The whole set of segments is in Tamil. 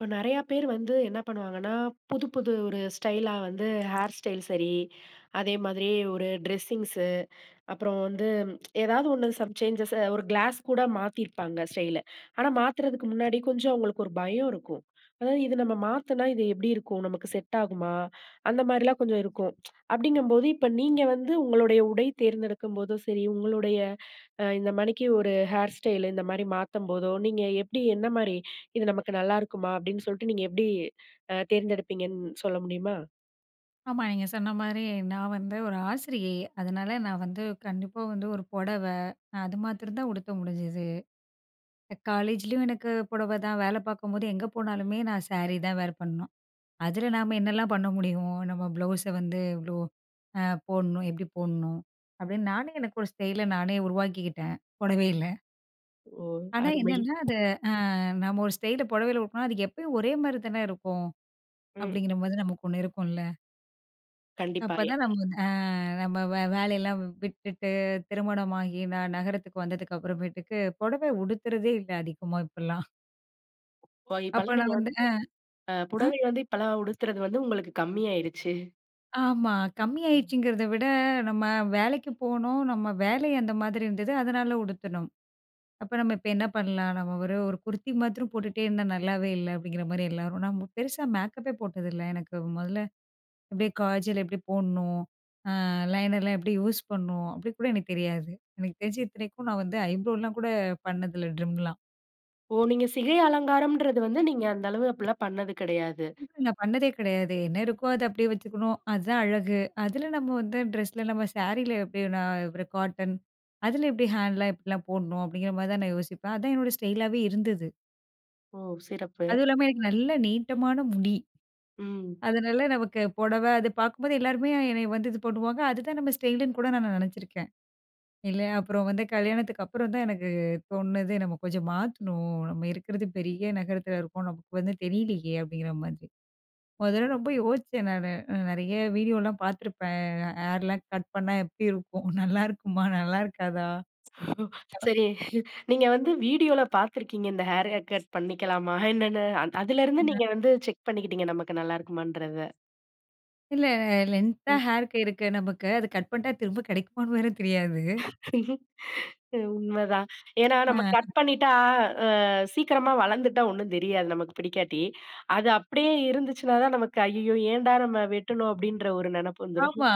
இப்போ நெறையா பேர் வந்து என்ன பண்ணுவாங்கன்னா, புது புது ஒரு ஸ்டைலா வந்து ஹேர் ஸ்டைல் சரி, அதே மாதிரி ஒரு ட்ரெஸ்ஸிங்ஸு, அப்புறம் வந்து ஏதாவது ஒண்ணு சம் சேஞ்சஸ் ஒரு கிளாஸ் கூட மாத்திருப்பாங்க ஸ்டைல. ஆனா மாத்துறதுக்கு முன்னாடி கொஞ்சம் அவங்களுக்கு ஒரு பயம் இருக்கும். அதாவது இது நம்ம மாத்துனா இது எப்படி இருக்கும்? நமக்கு செட் ஆகுமா? அந்த மாரிலாம் கொஞ்சம் இருக்கும். அப்படிங்கும்போது இப்ப நீங்க வந்து உங்களுடைய உடை தேர்ந்தெடுக்கும்போதும் சரி, உங்களுடைய இந்த மாணிக்கு ஒரு ஹேர் ஸ்டைல் இந்த மாரி மாத்தம்போதோ, நீங்க எப்படி என்ன மாரி இது நமக்கு நல்லா இருக்குமா? அப்படின்னு சொல்லிட்டு நீங்க எப்படி தேர்ந்தெடுப்பீங்கன்னு சொல்ல முடியுமா? ஆமா. நீங்க சொன்ன மாரி நான் வந்து ஒரு ஆசிரியை. அதனால நான் வந்து கண்டிப்பா வந்து ஒரு புடவ, அது மாத்திரம் தான் உடுத்த முடிஞ்சது. காலேஜ்லயும் எனக்கு புடவ தான். வேலை பார்க்கும்போது எங்க போனாலுமே நான் சாரி தான் வேர் பண்ணணும். அதுல நாம என்னலாம் பண்ண முடியும்? நம்ம ப்ளவுஸ வந்து இவ்ளோ அ போடணும், எப்படி போடணும்? அப்படின்னு நானே எனக்கு ஒரு ஸ்டைல நானே உருவாக்கிக்கிட்டேன், புடவையில. ஓ! ஆனா அருமை. என்னன்னா, அது நம்ம ஒரு ஸ்டைல புடவையில உடுத்தினா, அது எப்பயும் ஒரே மாரி தானே இருக்கும். ம். அப்படிங்கிற மாரி நமக்கு ஒண்ணு இருக்கும்ல. கண்டிப்பா. அப்பதான் நம்ம நம்ம வே வேலையெல்லாம் விட்டுட்டு, திருமணமாகி நான் நகரத்துக்கு வந்ததுக்கு அப்புறமேட்டுக்கு, புடவை உடுத்துறதே இல்ல அதிகமா இப்பலாம். ஓ அப்ப இப்பலாம் நான் நீங்க வந்து வந்து அ அ புடவை வந்து இப்பலாம் உடுத்துறது வந்து உங்களுக்கு கம்மியாயிருச்சு. ஆமா. ம். கம்மியாயிடுச்சுங்கிறத விட, நம்ம வேலைக்கு போனோம். நம்ம வேலை அந்த மாதிரி இருந்தது. அதனால உடுத்தணும். அப்ப நம்ம இப்ப என்ன பண்ணலாம்? நம்ம ஒரு ஒரு குர்த்தி மாத்திரம் போட்டுட்டே இருந்தா நல்லாவே இல்ல, அப்படிங்கிற மாரி எல்லாரும். நான் பெருசா மேக்கப்பே போட்டதில்ல. எனக்கு முதல்ல எப்படி காஜல் எப்படி போடணும்? லைனர்லாம் எப்படி யூஸ் பண்ணணும்? அப்படி கூட எனக்கு தெரியாது. எனக்கு தெரிஞ்சு இத்தனைக்கும் நான் வந்து ஐப்ரோலாம் கூட பண்ணதில்ல ட்ரிம்லாம். ஓ! நீங்க சிகை அலங்காரம்ன்றது வந்து நீங்க அந்த அளவு அப்படிலாம் பண்ணது கிடையாது. இல்ல, நான் பண்ணதே கிடையாது. என்ன இருக்கோ அத அப்படியே வச்சுக்கணும். அதுதான் அழகு. அதுல நம்ம வந்து ட்ரெஸ்ல நம்ம சாரீல எப்படி நான் ஒரு காட்டன். அதுல எப்படி ஹேண்ட்லாம் எப்படிலாம் போடணும் அப்படிங்கிற மாரி தான் நான் யோசிப்பேன். அதான் என்னோட ஸ்டைலாவே இருந்தது. ஓ! சிறப்பு. அதுவும் இல்லாம எனக்கு நல்ல நீட்டமான முடி. ம். அதனால நமக்கு புடவை அது பார்க்கும்போது எல்லாருமே என்னைய வந்து இது பண்ணுவாங்க. அதுதான் நம்ம ஸ்டைலுன்னு கூட நான் நினைச்சிருக்கேன். இல்ல அப்புறம் வந்து கல்யாணத்துக்கு அப்புறம் தான் எனக்கு தோணுனது நம்ம கொஞ்சம் மாத்தணும். நம்ம இருக்கிறது பெரிய நகரத்துல இருக்கோம். நமக்கு வந்து தெரியலையே அப்படிங்கிற மாதிரி. முதல்ல ரொம்ப யோசிச்சேன் நானு. நெறைய வீடியோலாம் பார்த்துருப்பேன். ஹேர்லாம் கட் பண்ணா எப்டி இருக்கும்? நல்லா இருக்குமா? நல்லா இருக்காதா? சரி. நீங்க வந்து வீடியோல பார்த்துருக்கீங்க இந்த ஹேர் கட் பண்ணிக்கலாமா? என்னன்னு அதிலருந்து ம். நீங்க வந்து செக் பண்ணிக்கிட்டீங்க நமக்கு நல்லா இருக்குமான்றத. இல்ல லென்த்தா ம். ஹேர் இருக்கு நமக்கு. அது கட் பண்ணிட்டா திரும்ப கிடைக்குமான்னு வேற தெரியாது. உண்மதான். ஏன்னா நம்ம அ கட் பண்ணிட்டா, அ சீக்கிரமா வளர்ந்துட்டா ஒண்ணும் தெரியாது நமக்கு பிடிக்காட்டி. அது அப்படியே இருந்துச்சுன்னா தான் நமக்கு, "ஐயய்யோ! ஏன்டா நம்ம வெட்டணும்?" அப்படின்ற ஒரு நெனப்பு வந்துரும். ஆமா.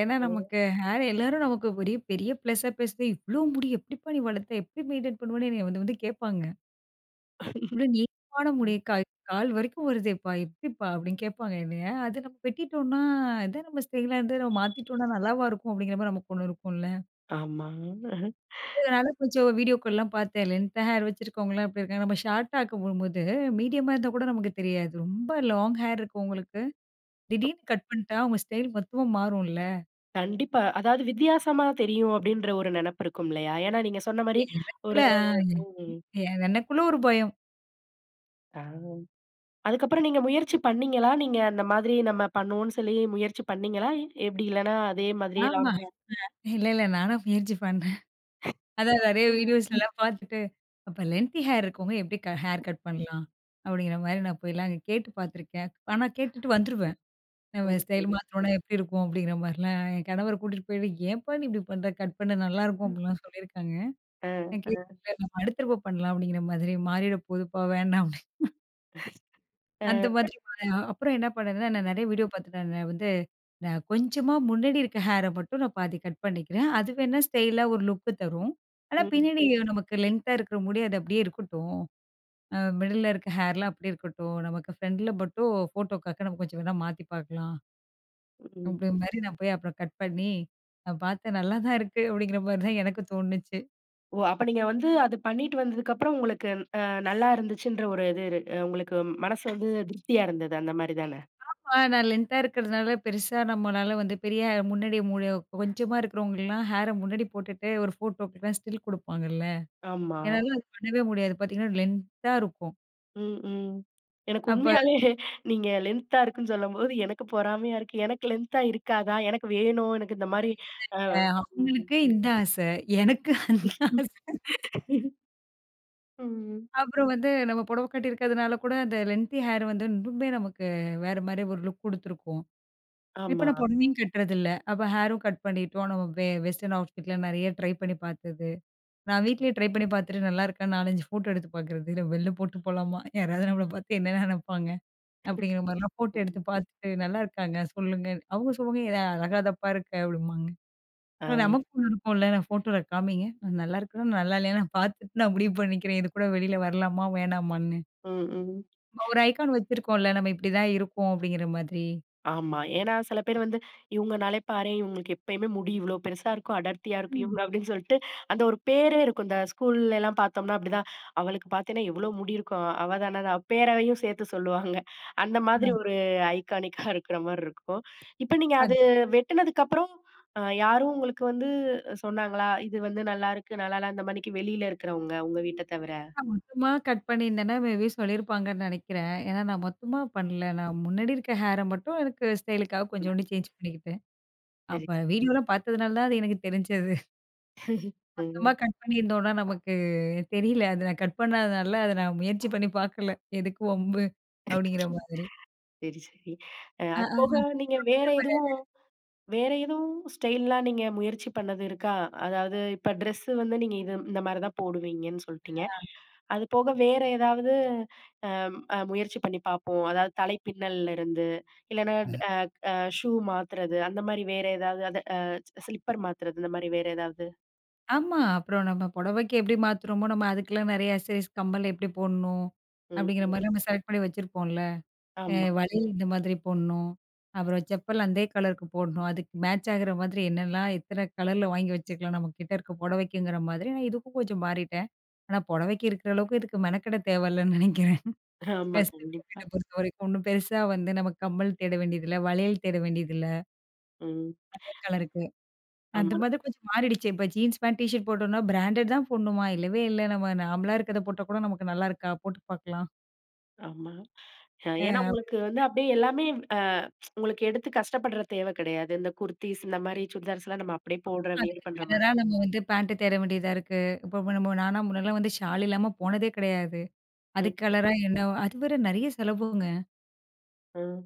ஏன்னா நமக்கு ஹேர் எல்லாரும் நமக்கு பெரிய பெரிய ப்ளஸ்ஸா பேசுது. "இவ்ளோ முடி எப்டிப்பா நீ வளர்த்த? எப்டி மெயின்டெயின் பண்ணுவன்னு?" என்னைய வந்து வந்து கேட்பாங்க. "இவ்ளோ நீளமான முடி ம். கால் வரைக்கும் வருதேப்பா! எப்டிப்பா?" அப்டின்னு கேட்பாங்க என்னைய. அது நம்ம வெட்டிட்டோம்னா, இதான் நம்ம ஸ்டைலா இருந்து நம்ம மாத்திட்டோம்னா நல்லாவா இருக்கும்? அப்டிங்கிற மாரி நமக்கு ஒண்ணு இருக்கும்ல. ஆமா. அதனால கொஞ்சம் வீடியோக்கள்லாம் பார்த்தேன். லென்த்தா ஹேர் வச்சிருக்கவங்கலாம் எப்படி இருக்காங்க. நம்ம ஷார்ட்டா ஆக்கும்போது மீடியமா இருந்தா கூட நமக்கு தெரியாது. ரொம்ப லாங் ஹேர் இருக்கவங்களுக்கு திடீர்னு கட் பண்ணிட்டா அவங்க ஸ்டைல் மொத்தமா மாறும்ல. கண்டிப்பா. அதாவது வித்தியாசமா தெரியும் அப்படின்ற ஒரு நெனப்பு இருக்கும் இல்லையா? ஏன்னா நீங்க சொன்ன மாரி எனக்குள்ள ஒரு ஆ ம். எனக்குள்ள ஒரு பயம். ஆ. அதுக்கப்புறம் நீங்க முயற்சி பண்ணீங்களா? நீங்க அந்த மாதிரி நம்ம பண்ணுவோம்ன்னு சொல்லி முயற்சி பண்ணீங்களா? எப்படி இல்லன்னா அதே மாதிரியே ஆமா. லாங் ஹேர் இல்ல, நானும் முயற்சி பண்ணேன். அதான் நெறைய வீடியோஸ்லலாம் பார்த்துட்டு, அப்ப லென்த்தி ஹேர் இருக்கவங்க எப்படி ஹேர் கட் பண்ணலாம்? அப்படிங்கிற மாரி நான் போய்லாம் அங்க கேட்டு பார்த்துருக்கேன். ஆனா கேட்டுட்டு வந்துருவேன். ஓ! நம்ம ஸ்டைல் சரி. மாத்தனோம்னா எப்படி இருக்கும்? அப்படிங்கிற மாரிலாம் என் கணவர கூட்டிட்டு போயிட்டு, "ஏன்ப்பா நீ இப்படி பண்ற? கட் பண்ணு நல்லாருக்கும்." அப்படிலாம் சொல்லியிருக்காங்க. அ, நான் அ, கேட்கல. "நம்ம அடுத்த தடவ பண்ணலாம்." அப்படிங்கிற மாதிரி, "மாறிட போதுப்பா வேண்டாம்." அப்படி அந்த அ. மாதிரி அப்புறம் என்ன பண்ணேன்னா, நான் நெறைய வீடியோ பார்த்துட்டு நான் வந்து நான் கொஞ்சமா முன்னாடி இருக்க ஹேர மட்டும் நான் பாதி கட் பண்ணிக்கிறேன். அது வேணா ஸ்டைலா ஒரு லுக் தரும். ஆனா ம். பின்னாடி நமக்கு லென்த்தா இருக்கிற முடி அது அப்படியே இருக்கட்டும். மிடில்ல இருக்க ஹேர்லாம் அப்படியே இருக்கட்டும். நமக்கு ஃப்ரண்ட்ல மட்டும் ஃபோட்டோக்காக நம்ம கொஞ்சம் வேணா மாத்தி பார்க்கலாம். ம். அப்படி மாரி நான் போய் அப்புறம் கட் பண்ணி, நான் பார்த்தேன் நல்லா தான் இருக்கு அப்படிங்கிற மாரி தான் எனக்கு தோணுச்சு. ஓ! அப்ப நீங்க வந்து அது பண்ணிட்டு வந்ததுக்கப்புறம் உங்களுக்கு அ நல்லா இருந்துச்சுன்ற ஒரு இது இரு அ உங்களுக்கு மனசு வந்து திருப்தியா இருந்தது அந்த மாரி தான? ஆ நான் லென்த்தா இருக்கிறதுனால பெருசா நம்மனால வந்து பெரிய முன்னாடி முடி கொஞ்சமா இருக்கிறவங்கலாம் ஹேர முன்னாடி போட்டுட்டு ஒரு ஃபோட்டோக்குலாம் ஸ்டில் குடுப்பாங்கல்ல. ஆமா. என்னால அது பண்ணவே முடியாது. பார்த்தீங்கன்னா லென்த்தா இருக்கும். ம், ம். எனக்கு அப்ப உண்மையாவே நீங்க லென்த்தா இருக்குன்னு சொல்லும்போது எனக்கு பொறாமையா இருக்கு. எனக்கு லென்த்தா இருக்காதா? எனக்கு வேணும். எனக்கு இந்த மாரி அ அ ம். அவங்களுக்கு இந்த ஆசை. எனக்கு அந்த ஆசை. ம். அப்புறம் வந்து நம்ம புடவ கட்டியிருக்கிறதுனால கூட அந்த லென்த்தி ஹேர் வந்து இன்னுமே நமக்கு வேற மாரி ஒரு லுக் குடுத்துருக்கும். இப்ப ஆமா. நான் பொடவையும் கட்டுறதில்ல. அப்ப ஹேரும் கட் பண்ணிட்டோம். நம்ம வெஸ்டர்ன் அவுட்ஃபிட்ல நெறைய ட்ரை பண்ணி பார்த்தது. நான் வீட்லயே ட்ரை பண்ணி பார்த்துட்டு நல்லா இருக்கான்னு 4, 5 ஃபோட்டோ எடுத்து பார்க்குறது. இல்ல வெள்ல போட்டு போலாமா? யாராவது நம்மள பார்த்து என்ன நெனைப்பாங்க? அப்படிங்கிற மாரிலாம் ஃபோட்டோ ம், ம். எடுத்து பார்த்துட்டு, "நல்லா இருக்காங்க சொல்லுங்க." அவங்க சொல்லுவாங்க, "இது அழகாதப்பா இருக்க" அப்படிம்பாங்க. ஆனா ஆ. நமக்கு ஒண்ணு இருக்கும்ல, "நான் ஃபோட்டோல காமிங்க. நான் நல்லா இருக்கேனா, நல்லா இல்லையா நான் பார்த்துட்டு நான் முடிவு பண்ணிக்கிறேன். இது கூட வெளில வரலாமா, வேணாமான்னு." ம், ம். ஒரு ஐகான் வச்சிருக்கோம்ல, நம்ம இப்படிதான் இருக்கோம் அப்படிங்கிற மாதிரி. ஆமா. ஏன்னா சில பேர் வந்து இவங்கனாலே பாரேன், இவங்களுக்கு எப்பயுமே முடி இவ்ளோ பெருசா இருக்கும், அடர்த்தியா இருக்கும் ம். இவங்க அப்படின்னு சொல்லிட்டு, அந்த ஒரு பேரே இருக்கும். இந்த ஸ்கூல்லலாம் பார்த்தோம்னா அப்படிதான். அவளுக்கு பார்த்தீன்னா எவ்ளோ முடி இருக்கும். அவ தான அவ பேரையும் சேர்த்து சொல்லுவாங்க. அந்த ஆமா. மாதிரி ஒரு ஐகானிக்கா இருக்கிற மாரி இருக்கும். இப்ப நீங்க அது அது வெட்டுனதுக்கு அப்புறம் யாரும் உங்களுக்கு வந்து சொன்னாங்களா? இது வந்து நல்லாருக்கு, நல்லால அந்த மாணிக்கு வெளியில இருக்கிறவங்க உங்க வீட்ட தவிர. நான் மொத்தமா கட் பண்ணியிருந்தேன்னா, மேபி சொல்லியிருப்பாங்கன்னு நெனைக்கிறேன். ஏன்னா நான் மொத்தமா பண்ணல. நான் முன்னாடி இருக்க ஹேர மட்டும் எனக்கு ஸ்டைலுக்காக கொஞ்சோண்டு சேஞ்ச் பண்ணிக்கிட்டேன். சரி, அப்ப சரி. வீடியோலாம் பார்த்ததுனால தான் அது எனக்கு தெரிஞ்சது. மொத்தமா ம். கட் பண்ணியிருந்தோம்னா நமக்கு தெரியல. அது நான் கட் பண்ணாதனால அத நான் முயற்சி பண்ணி பார்க்கல. எதுக்கு வம்பு? அப்படிங்கிற மாதிரி. சரி, சரி. அ, அது அ போக அப்புறம் நீங்க நம்ம- வேற எதுவும் வேற எதுவும் ஸ்டைல்லாம் நீங்க முயற்சி பண்ணது இருக்கா? அதாவது இப்ப ட்ரெஸ் வந்து நீங்க இது இந்த மாரி தான் போடுவீங்கன்னு சொல்ட்டீங்க. அது போக வேற ஏதாவது முயற்சி பண்ணி பார்ப்போம். அதாவது தலை பின்னல்ல இருந்து, இல்லன்னா ஷூ மாத்துறது அந்த மாரி வேற ஏதாவது அது ஸ்லிப்பர் மாத்துறது இந்த மாரி வேற ஏதாவது? ஆமா. அப்புறம் நம்ம புடவைக்கு எப்படி மாத்துறோமோ, நம்ம அதுக்கெல்லாம் நெறைய அக்சசரீஸ் கம்மல் எப்படி போடணும்? ம். அப்படிங்கிற ம். மாரி நம்ம செலக்ட் பண்ணி வச்சிருப்போம்ல. ஆமா. வளையல் இந்த மாதிரி போடணும். அப்புறம் செப்பல் அதே கலருக்கு போடணும். அதுக்கு மேட்ச் ஆகுற மாதிரி என்னெல்லாம் எத்தனை கலர்ல வாங்கி வச்சுக்கலாம் நம்ம கிட்ட இருக்க புடவைக்குங்கிற மாதிரி நான் இதுக்கும் கொஞ்சம் மாறிட்டேன். ஆனா புடவைக்கு இருக்கிற அளவுக்கு இதுக்கு மெனக்கெட தேவையில்லன்னு நினைக்கிறேன். ஆமா. வெஸ்டர்ன் கண்டிப்பா. அவுட்லெட்ட பொறுத்தவரைக்கும் ஒண்ணும் பெருசா வந்து நம்ம கம்மல் தேட வேண்டியதில்ல, வளையல் தேட வேண்டியதில்ல. ம். அதே கலருக்கு. அந்த ஆமா, மாதிரி கொஞ்சம் மாறிடுச்சு. இப்ப ஜீன்ஸ் பேண்ட், டீ ஷர்ட் போட்டோம்னா பிராண்டட் தான் போடணுமா? இல்லவே இல்ல. நம்ம நார்மலா இருக்கிறத போட்டா கூட நமக்கு நல்லா இருக்கா? போட்டு பார்க்கலாம். ஆமா. ஏன்னா அ உங்களுக்கு வந்து அப்படியே எல்லாமே அ உங்களுக்கு எடுத்து கஷ்டப்படுற தேவை கிடையாது. இந்த குர்தீஸ் இந்த மாரி சுடிதார்ஸ்லாம் நம்ம அப்படியே போடுற வியர் அதுக்கு பண்ற மாரி. கலரா நம்ம வந்து பேண்ட் தேட வேண்டியதா இருக்கு. இப்போ நம்ம நானா முன்னலாம் வந்து ஷால் இல்லாம போனதே கிடையாது. அதுக்கு ம். கலரா என்ன அது வேற நெறைய செலவுங்க. ம்.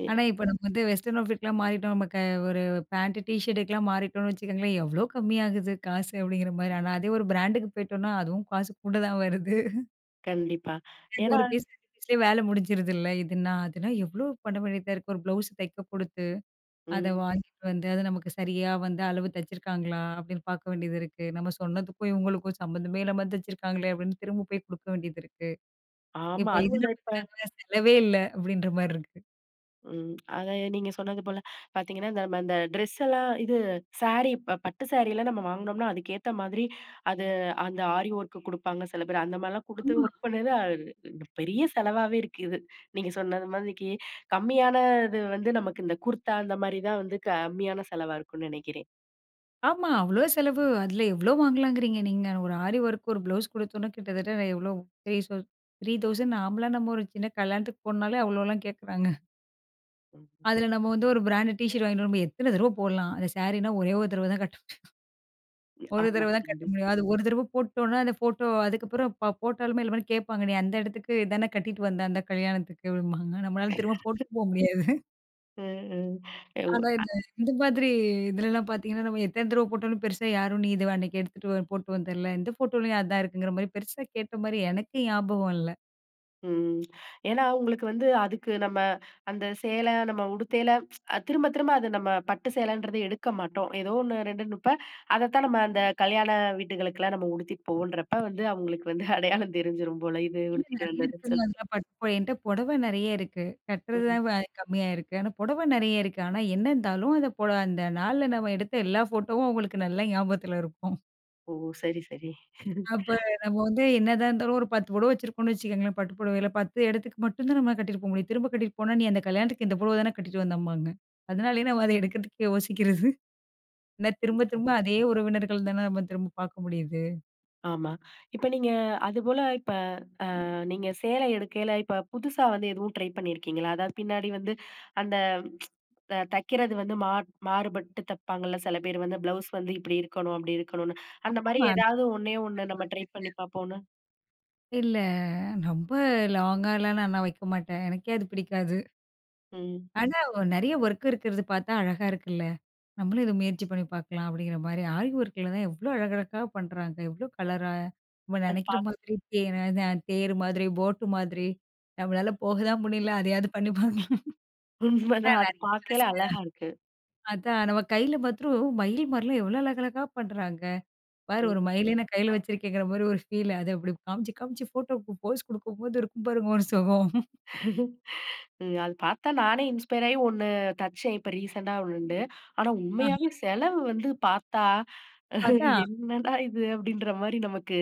எ ஆனா இப்போ நம்ம வந்து வெஸ்டர்ன் அவுட்ஃபிட்லாம் மாறிட்டோம். நம்ம க ஒரு பேண்ட், டீ ஷர்ட்டுக்குலாம் மாறிட்டோம்னு வச்சுக்கோங்களேன், எவ்வளோ கம்மியாகுது காசு அப்படிங்கிற மாரி. ஆனா அதே ஒரு பிராண்டுக்கு போயிட்டோம்னா, அதுவும் காசு கூட தான் வருது. கண்டிப்பா. ஏன்னா ஒரு பீஸ் 2 பீஸ்லயே வேலை முடிஞ்சிருதுல்ல. இதுன்னா, அதுனா எவ்வளோ பண்ண வேண்டியதா இருக்கு. ஒரு ப்ளவுஸ் தைக்க குடுத்து. அத ம். வாங்கிட்டு வந்து, அது நமக்கு சரியா வந்து அளவு தச்சிருக்காங்களா? அப்படின்னு பார்க்க வேண்டியது இருக்கு. நம்ம சொன்னதுக்கும், இவங்களுக்கும் சம்மந்தமே இல்லாம தச்சிருக்காங்களே அப்படின்னு திரும்ப போய் குடுக்க வேண்டியது இருக்கு. ஆமா. இப்ப அதுவும் இதுனா இந்த இப்ப பாத்தீங்கன்னா செலவே இல்ல அப்படின்ற மாரி இருக்கு. ம். அத நீங்க சொன்னது போல பார்த்தீங்கன்னா, இந்த நம்ம இந்த ட்ரெஸ் எல்லாம் இது சாரி பட்டு சாரிலாம் நம்ம வாங்குனோம்னா, அதுக்கேத்த மாதிரி அது அந்த ஆரி ஒர்க்கு குடுப்பாங்க சில பேர். அந்த மாரிலாம் குடுத்து ஆமா, ஒர்க் பண்ணது அது பெரிய செலவாவே இருக்கு இது. நீங்க சொன்னது மாதிரிக்கு கம்மியான இது வந்து நமக்கு இந்த குர்தா அந்த மாரி தான் வந்து கம்மியான செலவா இருக்கும்னு நெனைக்கிறேன். ஆமா. அவ்வளோ செலவு. அதுல எவ்வளோ வாங்கலாங்கிறீங்க நீங்க? ஒரு ஆரி ஒர்க் ஒரு ப்ளவுஸ் குடுத்தோம்னா கிட்டத்தட்ட எவ்வளோ? த்ரீ சௌ 3000 நாமலாம் நம்ம ஒரு சின்ன கல்யாணத்துக்கு போனாலே அவ்வளோலாம் கேட்குறாங்க. ம். அதுல நம்ம வந்து ஒரு பிராண்டட் டீ ஷர்ட் வாங்கிட்டு வரும்போது எத்தன தடவ போடலாம்? அந்த சாரீனா ஒரே ஒரு தடவ தான் கட்ட ஒரு ஆமா. தடவ தான் கட்ட முடியும். அது ஒரு தடவ போட்டோம்னா, அந்த ஃபோட்டோ அதுக்கப்புறம் போட்டாலுமே எல்லாருமே கேட்பாங்க. "நீ அந்த இடத்துக்கு இதானே கட்டிட்டு வந்த அந்த கல்யாணத்துக்கு" அப்படிம்பாங்க. நம்மளால திரும்ப போட்டு போ முடியாது. ம். ம். ஆனா, இந்த இந்த மாதிரி இதுலலாம் பார்த்தீங்கன்னா, நம்ம எத்தன தடவ போட்டாலும் பெருசா யாரும் "நீ இது அன்னைக்கு எடுத்துட்டு போட்டு வந்தல்ல, இந்த ஃபோட்டோலயும் அதான் இருக்குங்கிற" மாரி பெருசா கேட்ட மாரி எனக்கு ஞாபகம் இல்ல. ம். ஏன்னா, உங்களுக்கு வந்து அதுக்கு நம்ம அந்த சேல நம்ம உடுத்தையில திரும்ப திரும்ப அது நம்ம பட்டு சேலன்றது எடுக்க மாட்டோம். ஏதோ ஒண்ணு 2 அதத்தான் நம்ம அந்த கல்யாண வீட்டுகளுக்கெல்லாம் நம்ம உடுத்திட்டு போவோன்றப்ப வந்து அவங்களுக்கு வந்து அடையாளம் தெரிஞ்சிரும் போல, இது இல்ல உடுத்திட்டு நெறைய வந்ததுன்னு இருக்குங்க சொல்லிட்டு. அதெல்லாம் பட்டு போ என்ட்ட புடவை நெறைய இருக்கு. கட்டுறது ம். தான் வ கம்மியா இருக்கு. ஆனா புடவை நெறைய இருக்கு. ஆனா என்ன இருந்தாலும் அந்த நாள்ல நம்ம எடுத்த எல்லா ஃபோட்டோவும் அவங்களுக்கு நல்லா ஞாபகத்துல இருக்கும். ஓ! சரி, சரி. அப்ப நம்ம வந்து என்னதான் இருந்தாலும் ஒரு 10 புடவ வச்சிருக்கோம்னு வச்சுக்கோங்களேன். பட்டு புடவையில 10 இடத்துக்கு மட்டும் தான் நம்ம கட்டிட்டு போ முடியும். திரும்ப கட்டிட்டு போனா, "நீ அந்த கல்யாணத்துக்கு இந்த புடவ தானே கட்டிட்டு வந்தம்பாங்க." அதனாலயே நம்ம அத எடுக்கிறதுக்கு யோசிக்கிறது. ஏன்னா ம், திரும்ப திரும்ப சரி. அதே உறவினர்கள் தானே நம்ம திரும்ப பார்க்க முடியுது. ஆமா. இப்ப நீங்க அதுபோல இப்ப நீங்க சேலை எடுக்கையில, இப்ப புதுசா வந்து எதுவும் ட்ரை பண்ணியிருக்கீங்களா? அதாவது பின்னாடி வந்து அந்த தைக்கிறது வந்து மாறுபட்டு தைப்பாங்கல்ல சில பேர் வந்து ப்ளவுஸ் வந்து இப்படி இருக்கணும், அப்படி இருக்கணும்னு. அந்த மாரி ஆமாமா. ஏதாவது ஒண்ணே ஒண்ணு நம்ம ட்ரை பண்ணி பார்ப்போம்னு. இல்ல. ரொம்ப லாங்காலாம் நான் நான் வைக்க மாட்டேன். எனக்கே அது பிடிக்காது. ம். ஆனா, நெறைய ஒர்க் இருக்கிறது பார்த்தா அழகா இருக்குல்ல. நம்மளும் இத முயற்சி பண்ணி பார்க்கலாம் அப்படிங்கிற மாரி. ஆரி ஒர்க்ல தான் எவ்ளோ அழகழகா பண்றாங்க. எவ்ளோ கலரா நம்ம அது நெனைக்கிற பாக் மாதிரி தேர் மாதிரி, போட்டு மாதிரி நம்மளால போக தான் முடியல. அதையாவது பண்ணி பார்க்கலாம். உண்மதான். அது பார்க்கையில அழகா இருக்கு. அதான் நம்ம கையில மாத்திரம் மயில் மாரிலாம் எவ்வளோ அழகழகா பண்றாங்க. பாரு ஒரு ம். மயிலே நான் கையில வச்சிருக்கேங்கிற மாரி ஒரு ஃபீல். அது அப்படி காமிச்சு, காமிச்சு ஃபோட்டோவுக்கு போஸ் குடுக்கும்போது இருக்கும் பாருங்க ஒரு சுகம். ம். அது பார்த்தா நானே இன்ஸ்பயர் ஆயி ஒண்ணு தச்சேன். இப்ப ரீசென்ட்டா ஒண்ணு உண்டு. ஆனா உண்மையாவே செலவு வந்து பார்த்தா பார்த்தா என்னடா இது அப்படின்ற மாரி நமக்கு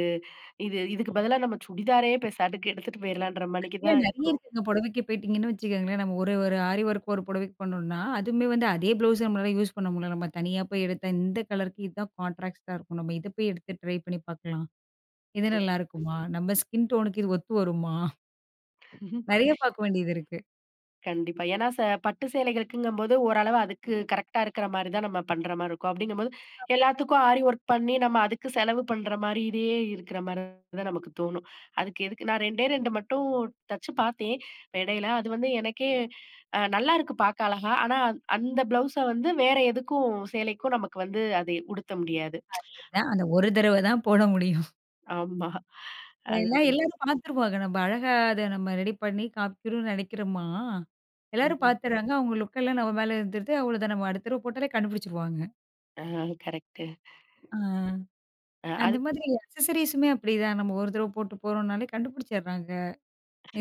இது இதுக்கு பதிலா நம்ம சுடிதாரே பெசாட்டுக்கு எடுத்துட்டு போயிரலான்ற மாணிக்கு இல்ல தான் நெறைய இருக்கும். இருக்குங்க. புடவைக்கு போயிட்டீங்கன்னு வச்சுக்கோங்களேன், நம்ம ஒரு ஒரு ஆரி ஒர்க் ஒரு புடவைக்கு பண்ணோம்னா, அதுவுமே வந்து அதே ப்ளவுஸ் நம்மளால யூஸ் பண்ண முடியல. நம்ம தனியா போய் எடுத்தா, இந்த கலருக்கு இதுதான் கான்ட்ராஸ்ட்டா இருக்கும். நம்ம இத போய் எடுத்து ட்ரை பண்ணி பார்க்கலாம். இது நல்லாருக்குமா? நம்ம ஸ்கின் டோனுக்கு இது ஒத்து வருமா? ம். நெறைய பார்க்க வேண்டியது இருக்கு. கண்டிப்பா. ஏன்னா பட்டு சேலைகளுக்குங்கும்போது ஓரளவு அதுக்கு கரெக்ட்டா இருக்கிற மாரி தான் நம்ம பண்ற மாரி இருக்கும். அப்படிங்கும்போது எல்லாத்துக்கும் ஆரி ஒர்க் பண்ணி நம்ம அதுக்கு செலவு பண்ற மாரியே இருக்கிற மாரி தான் நமக்கு தோணும். அதுக்கு எதுக்கு நான் 2டே 2 மட்டும் தச்சு பார்த்தேன் இடையில. அது வந்து எனக்கே நல்லா இருக்கு பார்க்க அழகா. ஆனா அந்த ப்ளவுஸ வந்து வேற எதுக்கும் சேலைக்கும் நமக்கு வந்து அதை உடுத்த முடியாது. அதான் அந்த ஒரு தடவ தான் போட முடியும். ஆமா. அது ஏன்னா எல்லாரும் பார்த்துருவாங்க. நம்ம அழகா அத நம்ம ரெடி பண்ணி காமிக்கணும்னு நெனைக்கிறோமா, எல்லாரும் ம். பார்த்துர்றாங்க. அவங்க லுக்கெல்லாம் நம்ம மேல இருந்துருது. அவ்வளோதான் நம்ம அடுத்த தடவ போட்டாலே கண்டுபிடிச்சுருவாங்க. ஆ கரெக்ட்டு. ஆ. அ அந்த அதுக்கு மாதிரி அக்சஸரீஸுமே அப்படிதான். நம்ம ஒரு தடவ போட்டு போறோம்னாலே கண்டுபிடிச்சர்றாங்க.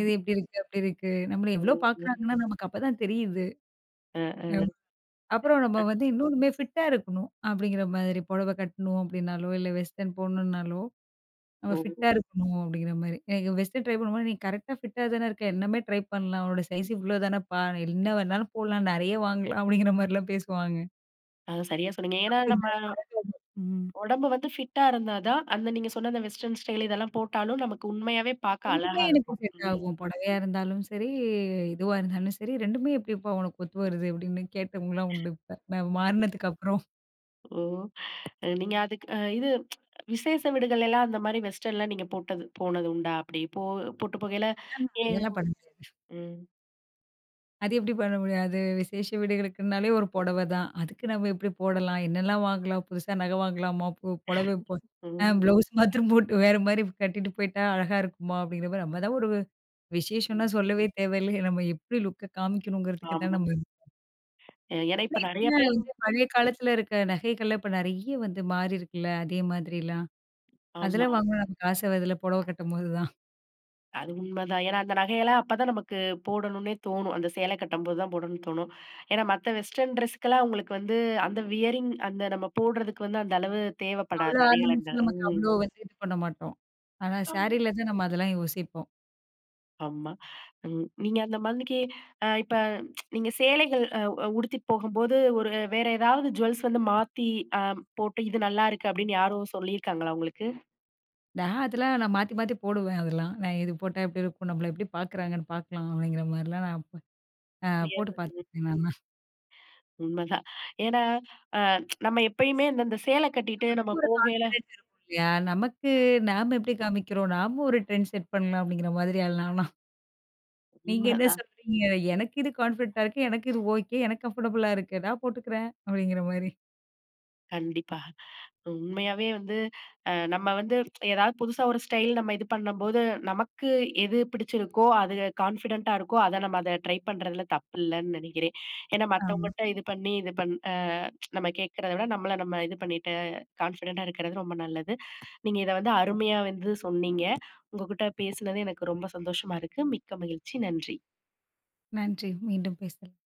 இது இப்படி இருக்கு, அப்படி இருக்கு. நம்மள எவ்ளோ பார்க்குறாங்கன்னா நமக்கு அப்பதான் தெரியுது. அ அ அம் அப்புறம் நம்ம அ வந்து இன்னொன்னுமே ஃபிட்டா இருக்கணும் அப்படிங்கிற மாதிரி. புடவ கட்டணும் அப்படின்னாலோ, இல்ல வெஸ்டர்ன் போடணும்னாலோ, நம்ம ஓ! ஃபிட்டா இருக்கணும் அப்படிங்கிற மாரி. எனக்கு வெஸ்டர்ன் ட்ரை பண்ணும்போது, "நீ கரெக்ட்டா ஃபிட்டா தானே இருக்க. என்னமே ட்ரை பண்ணலாம். உன்னோட சைஸ் இவ்ளோ தானப்பா. என்ன வேணாலும் போடலாம். நெறைய வாங்கலாம்." அப்படிங்கிற மாரிலாம் பேசுவாங்க. சரியா சொன்னீங்க. ஏன்னா அப்படி நம்ம இருந்தா தான் அழகா இருக்கும். ம். உடம்பு வந்து ஃபிட்டா இருந்தா தான், அந்த நீங்க சொன்ன அந்த வெஸ்டர்ன் ஸ்டைல் இதெல்லாம் போட்டாலும் நமக்கு உண்மையாவே பார்க்க 2மே அழகா எனக்கு இருக்கும். செட் ம். ஆகும். புடவையா இருந்தாலும் சரி, இதுவா இருந்தாலும் சரி, 2மே எப்படிப்பா உனக்கு ஒத்து வருது? அப்படின்னு கேட்டவங்கலாம் உண்டு இப்ப. நான் மாறுனதுக்கு அப்புறம். ஓ! நீங்க அதுக்கு இது விசேஷ விடுகள் எல்லாம் அந்த மாரி வெஸ்டர்ன்லாம் நீங்க போட்டது போனது உண்டா? அப்படி போ போட்டு போகையில ஆஹா, ஏன் அதெல்லாம் பண்ண முடியாது. ம். அது எப்படி பண்ண முடியும்? அது விசேஷ வீடுகளுக்குனாலே ஒரு புடவை தான். அதுக்கு நம்ம எப்படி போடலாம்? என்னலாம் வாங்கலாம்? புதுசா நகை வாங்கலாமா? புடவை இப்போ ஆ ம். ப்ளவுஸ் மாத்திரம் போட்டு வேற மாரி கட்டிட்டு போயிட்டா அழகா இருக்குமா? அப்படிங்கிற மாரி நம்ம தான் ஒரு விசேஷம்னா ம். சொல்லவே தேவையில்ல. நம்ம எப்படி லுக்க காமிக்கணுங்கிறதுக்கு ஆமா. தான் நம்ம ஏன்னா இல்ல இப்ப நெறைய இப்பல்லாம் பேர் வந்து பழைய காலத்துல இருக்க நகைகள்லாம் இப்ப நெறைய வந்து மாறி இருக்குல்ல. அதே மாதிரிலாம். ஆமா. அதெல்லாம் வாங்கணும்னு நமக்கு ஆசை வருதுல்ல புடவ கட்டும்போது தான். அது உண்மதான். ஏன்னா, அந்த நகையெல்லாம் அப்பதான் நமக்கு போடணும்னே தோணும். அந்த சேலை கட்டும்போது தான் போடணும்னு தோணும். ஏன்னா, மத்த வெஸ்டர்ன் ட்ரெஸ்க்கெல்லாம் உங்களுக்கு வந்து அந்த வியரிங் அந்த நம்ம போடுறதுக்கு வந்து அந்த அளவு அவ்வளோ தேவைப்படாது ஆர்னமெண்ட்ஸ் அணிகலன்கள். நமக்கு ம். அவ்வளோ வந்து இது பண்ண மாட்டோம். ஆனா ஆமா, சாரீல தான் நம்ம அதெல்லாம் யோசிப்போம். ஆமா. ம். நீங்க அந்த மாதிரிக்கு இப்ப நீங்க சேலைகள் அ அ உடுத்திட்டு போகும்போது ஒரு வேற ஏதாவது ஜுவல்ஸ் வந்து மாத்தி அ போட்டு இது நல்லாருக்கு அப்படின்னு யாரோ சொல்லியிருக்காங்களா உங்களுக்கு? நான் அதெல்லாம் நான் மாத்தி மாத்தி போடுவேன் அதெல்லாம். நான் இது போட்டா எப்படி இருக்கும்? நம்மள எப்படி பார்க்குறாங்கன்னு பார்க்கலாம் அப்படிங்கிற மாரிலாம் நான் போ அ வியர்வ போட்டு ம். பார்த்துருக்கேன் நான்லாம். உண்மதான். ஏன்னா, அ நம்ம எப்பயுமே இந்த இந்த சேலை கட்டிட்டு நம்ம ஒரு போகையில கான்ஃபிடன்ஸ் இருக்கும் இல்லையா? நமக்கு நாம எப்படி காமிக்கிறோம்? நாம ஒரு ட்ரெண்ட் செட் பண்ணலாம் அப்படிங்கிற மாதிரி ஆள் நானா. நீங்க என்ன உண்மதான். சொல்றீங்க? எனக்கு இது கான்ஃபிடன்ட்டா இருக்கு. எனக்கு இது ஓகே. எனக்கு கம்ஃபர்டபுளா இருக்கு. நான் போட்டுக்கிறேன். அப்படிங்கிற மாரி. கண்டிப்பா. உண்மையாவே வந்து நம்ம வந்து ஏதாவது புதுசா ஒரு ஸ்டைல் நம்ம இது பண்ணும்போது, நமக்கு எது பிடிச்சிருக்கோ, அது கான்ஃபிடென்ட்டா இருக்கோ, அத நம்ம அத ட்ரை பண்றதுல தப்பு இல்லன்னு நெனைக்கிறேன். ஏன்னா ஆமா. மத்தவங்கட்ட இது பண்ணி இது பண் அ நம்ம கேட்கிறத விட, நம்மள நம்ம இது பண்ணிட்டு கான்ஃபிடென்ட்டா இருக்கிறது ரொம்ப நல்லது. நீங்க இத வந்து அருமையா வந்து சொன்னீங்க. உங்ககிட்ட பேசினது எனக்கு ரொம்ப சந்தோஷமா இருக்கு. மிக்க மகிழ்ச்சி. நன்றி. நன்றி. மீண்டும் பேசலாம்.